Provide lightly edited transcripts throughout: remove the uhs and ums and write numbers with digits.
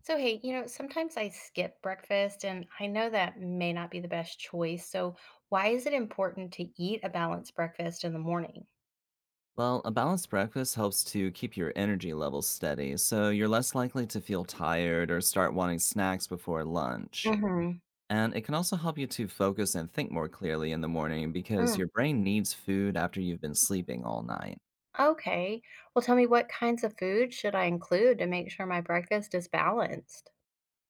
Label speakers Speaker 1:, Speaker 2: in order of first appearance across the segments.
Speaker 1: So, hey, sometimes I skip breakfast, and I know that may not be the best choice. So, why is it important to eat a balanced breakfast in the morning?
Speaker 2: Well, a balanced breakfast helps to keep your energy levels steady, so you're less likely to feel tired or start wanting snacks before lunch.
Speaker 1: Hmm.
Speaker 2: And it can also help you to focus and think more clearly in the morning because
Speaker 1: Mm,
Speaker 2: your brain needs food after you've been sleeping all night.
Speaker 1: okay. Well, tell me what kinds of food should I include to make sure my breakfast is balanced?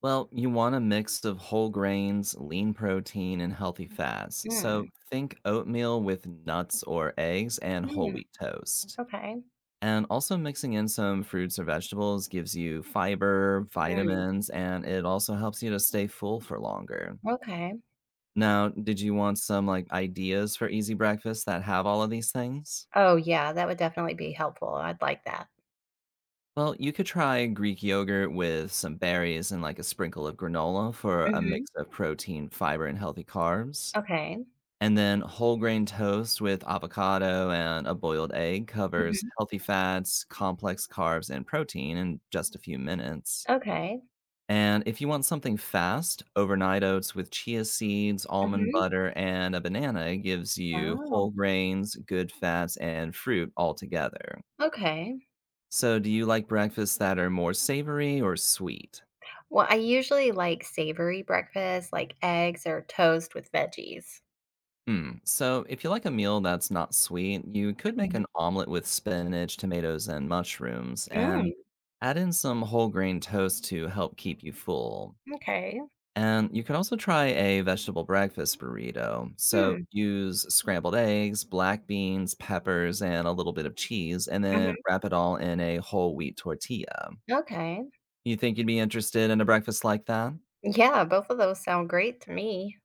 Speaker 2: Well, you want a mix of whole grains, lean protein, and healthy fats. So
Speaker 1: Mm.
Speaker 2: think oatmeal with nuts or eggs and whole
Speaker 1: Mm.
Speaker 2: wheat toast.
Speaker 1: Okay.
Speaker 2: And also mixing in some fruits or vegetables gives you fiber,
Speaker 1: Mm.
Speaker 2: vitamins, and it also helps you to stay full for longer.
Speaker 1: Okay.
Speaker 2: Now, did you want some like ideas for easy breakfasts that have all of these things?
Speaker 1: Oh, yeah, that would definitely be helpful. I'd like that.
Speaker 2: Well, you could try Greek yogurt with some berries and like a sprinkle of granola for a
Speaker 1: Hmm.
Speaker 2: mix of protein, fiber, and healthy carbs.
Speaker 1: Okay.
Speaker 2: And then whole grain toast with avocado and a boiled egg covers
Speaker 1: Hmm.
Speaker 2: healthy fats, complex carbs, and protein in just a few minutes.
Speaker 1: Okay.
Speaker 2: And if you want something fast, overnight oats with chia seeds, almond
Speaker 1: Hmm.
Speaker 2: butter, and a banana gives you
Speaker 1: Oh,
Speaker 2: whole grains, good fats, and fruit all together.
Speaker 1: okay.
Speaker 2: So, do you like breakfasts that are more savory or sweet?
Speaker 1: Well, I usually like savory breakfast, like eggs or toast with veggies.
Speaker 2: Hmm. So, if you like a meal that's not sweet, you could make
Speaker 1: Mhm.
Speaker 2: an omelet with spinach, tomatoes, and mushrooms, and
Speaker 1: Mm,
Speaker 2: add in some whole grain toast to help keep you full.
Speaker 1: okay.
Speaker 2: And you can also try a vegetable breakfast burrito. So
Speaker 1: Hmm,
Speaker 2: use scrambled eggs, black beans, peppers, and a little bit of cheese, and then
Speaker 1: mhm,
Speaker 2: wrap it all in a whole wheat tortilla.
Speaker 1: okay.
Speaker 2: You think you'd be interested in a breakfast like that?
Speaker 1: Yeah, both of those sound great to me.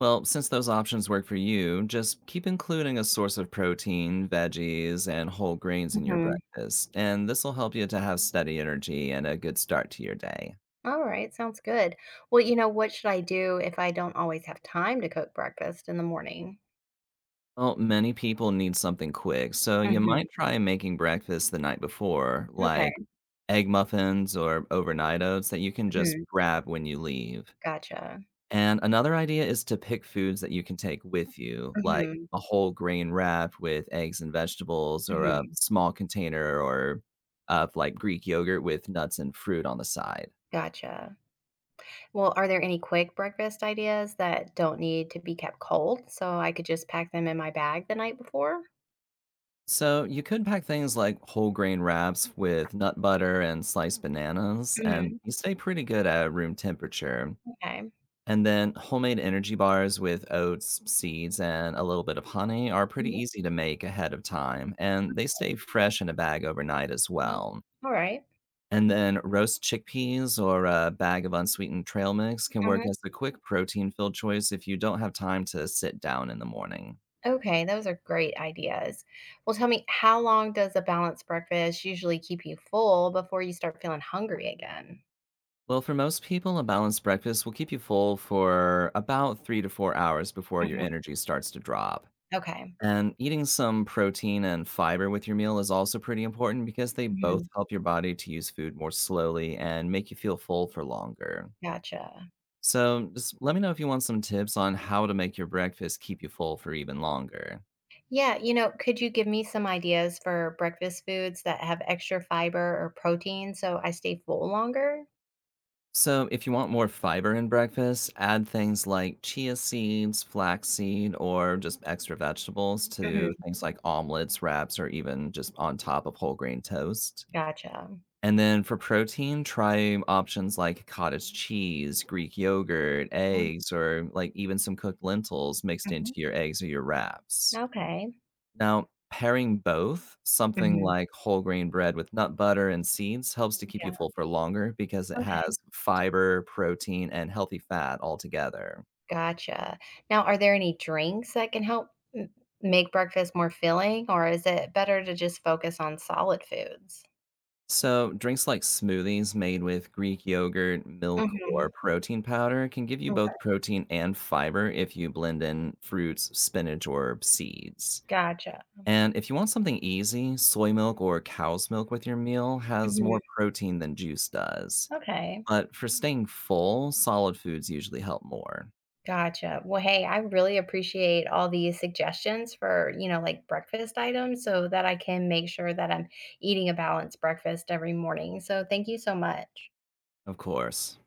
Speaker 2: Well, since those options work for you, just keep including a source of protein, veggies, and whole grains in your
Speaker 1: Mhm.
Speaker 2: breakfast, and this will help you to have steady energy and a good start to your day.
Speaker 1: All right, sounds good. Well, what should I do if I don't always have time to cook breakfast in the morning?
Speaker 2: Well, many people need something quick, so you
Speaker 1: Mhm,
Speaker 2: might try making breakfast the night before,
Speaker 1: okay,
Speaker 2: like egg muffins or overnight oats that you can just
Speaker 1: mhm,
Speaker 2: grab when you leave.
Speaker 1: gotcha.
Speaker 2: And another idea is to pick foods that you can take with you, like
Speaker 1: Mhm,
Speaker 2: a whole grain wrap with eggs and vegetables, or a
Speaker 1: mhm,
Speaker 2: small container or of like Greek yogurt with nuts and fruit on the side.
Speaker 1: gotcha. Well, are there any quick breakfast ideas that don't need to be kept cold, so I could just pack them in my bag the night before?
Speaker 2: So you could pack things like whole grain wraps with nut butter and sliced bananas, and
Speaker 1: Mhm,
Speaker 2: you stay pretty good at room temperature.
Speaker 1: okay.
Speaker 2: And then homemade energy bars with oats, seeds, and a little bit of honey are pretty
Speaker 1: Mhm,
Speaker 2: easy to make ahead of time, and they stay fresh in a bag overnight as
Speaker 1: mhm.
Speaker 2: well.
Speaker 1: Alright.
Speaker 2: And then roast chickpeas or a bag of unsweetened trail mix can work
Speaker 1: Uh-huh.
Speaker 2: as a quick protein filled choice if you don't have time to sit down in the morning.
Speaker 1: Okay, those are great ideas. Well, tell me, how long does a balanced breakfast usually keep you full before you start feeling hungry again?
Speaker 2: Well, for most people, a balanced breakfast will keep you full for about 3 to 4 hours before your
Speaker 1: Mhm.
Speaker 2: energy starts to drop.
Speaker 1: Okay.
Speaker 2: And eating some protein and fiber with your meal is also pretty important because they both
Speaker 1: Mhm.
Speaker 2: help your body to use food more slowly and make you feel full for longer.
Speaker 1: Gotcha.
Speaker 2: So, just let me know if you want some tips on how to make your breakfast keep you full for even longer.
Speaker 1: Yeah, could you give me some ideas for breakfast foods that have extra fiber or protein so I stay full longer?
Speaker 2: So, if you want more fiber in breakfast, add things like chia seeds, flaxseed, or just extra vegetables to
Speaker 1: Mhm.
Speaker 2: things like omelets, wraps, or even just on top of whole grain toast.
Speaker 1: Gotcha.
Speaker 2: And then for protein, try options like cottage cheese, Greek yogurt, eggs, or like even some cooked lentils mixed into
Speaker 1: Mhm.
Speaker 2: your eggs or your wraps.
Speaker 1: Okay.
Speaker 2: Now, pairing both, something
Speaker 1: Mhm.
Speaker 2: like whole grain bread with nut butter and seeds helps to keep you
Speaker 1: Yeah.
Speaker 2: full for longer because it
Speaker 1: Okay.
Speaker 2: has fiber, protein, and healthy fat all together.
Speaker 1: Gotcha. Now, are there any drinks that can help m make breakfast more filling, or is it better to just focus on solid foods?
Speaker 2: So, drinks like smoothies made with Greek yogurt, milk,
Speaker 1: Mhm.
Speaker 2: or protein powder can give you both
Speaker 1: Okay.
Speaker 2: protein and fiber if you blend in fruits, spinach, or seeds.
Speaker 1: Gotcha.
Speaker 2: And if you want something easy, soy milk or cow's milk with your meal has
Speaker 1: Mhm.
Speaker 2: more protein than juice does.
Speaker 1: Okay.
Speaker 2: But for staying full, solid foods usually help more,
Speaker 1: Gotcha. Well, hey, I really appreciate all these suggestions for, like breakfast items so that I can make sure that I'm eating a balanced breakfast every morning. So thank you so much.
Speaker 2: of course.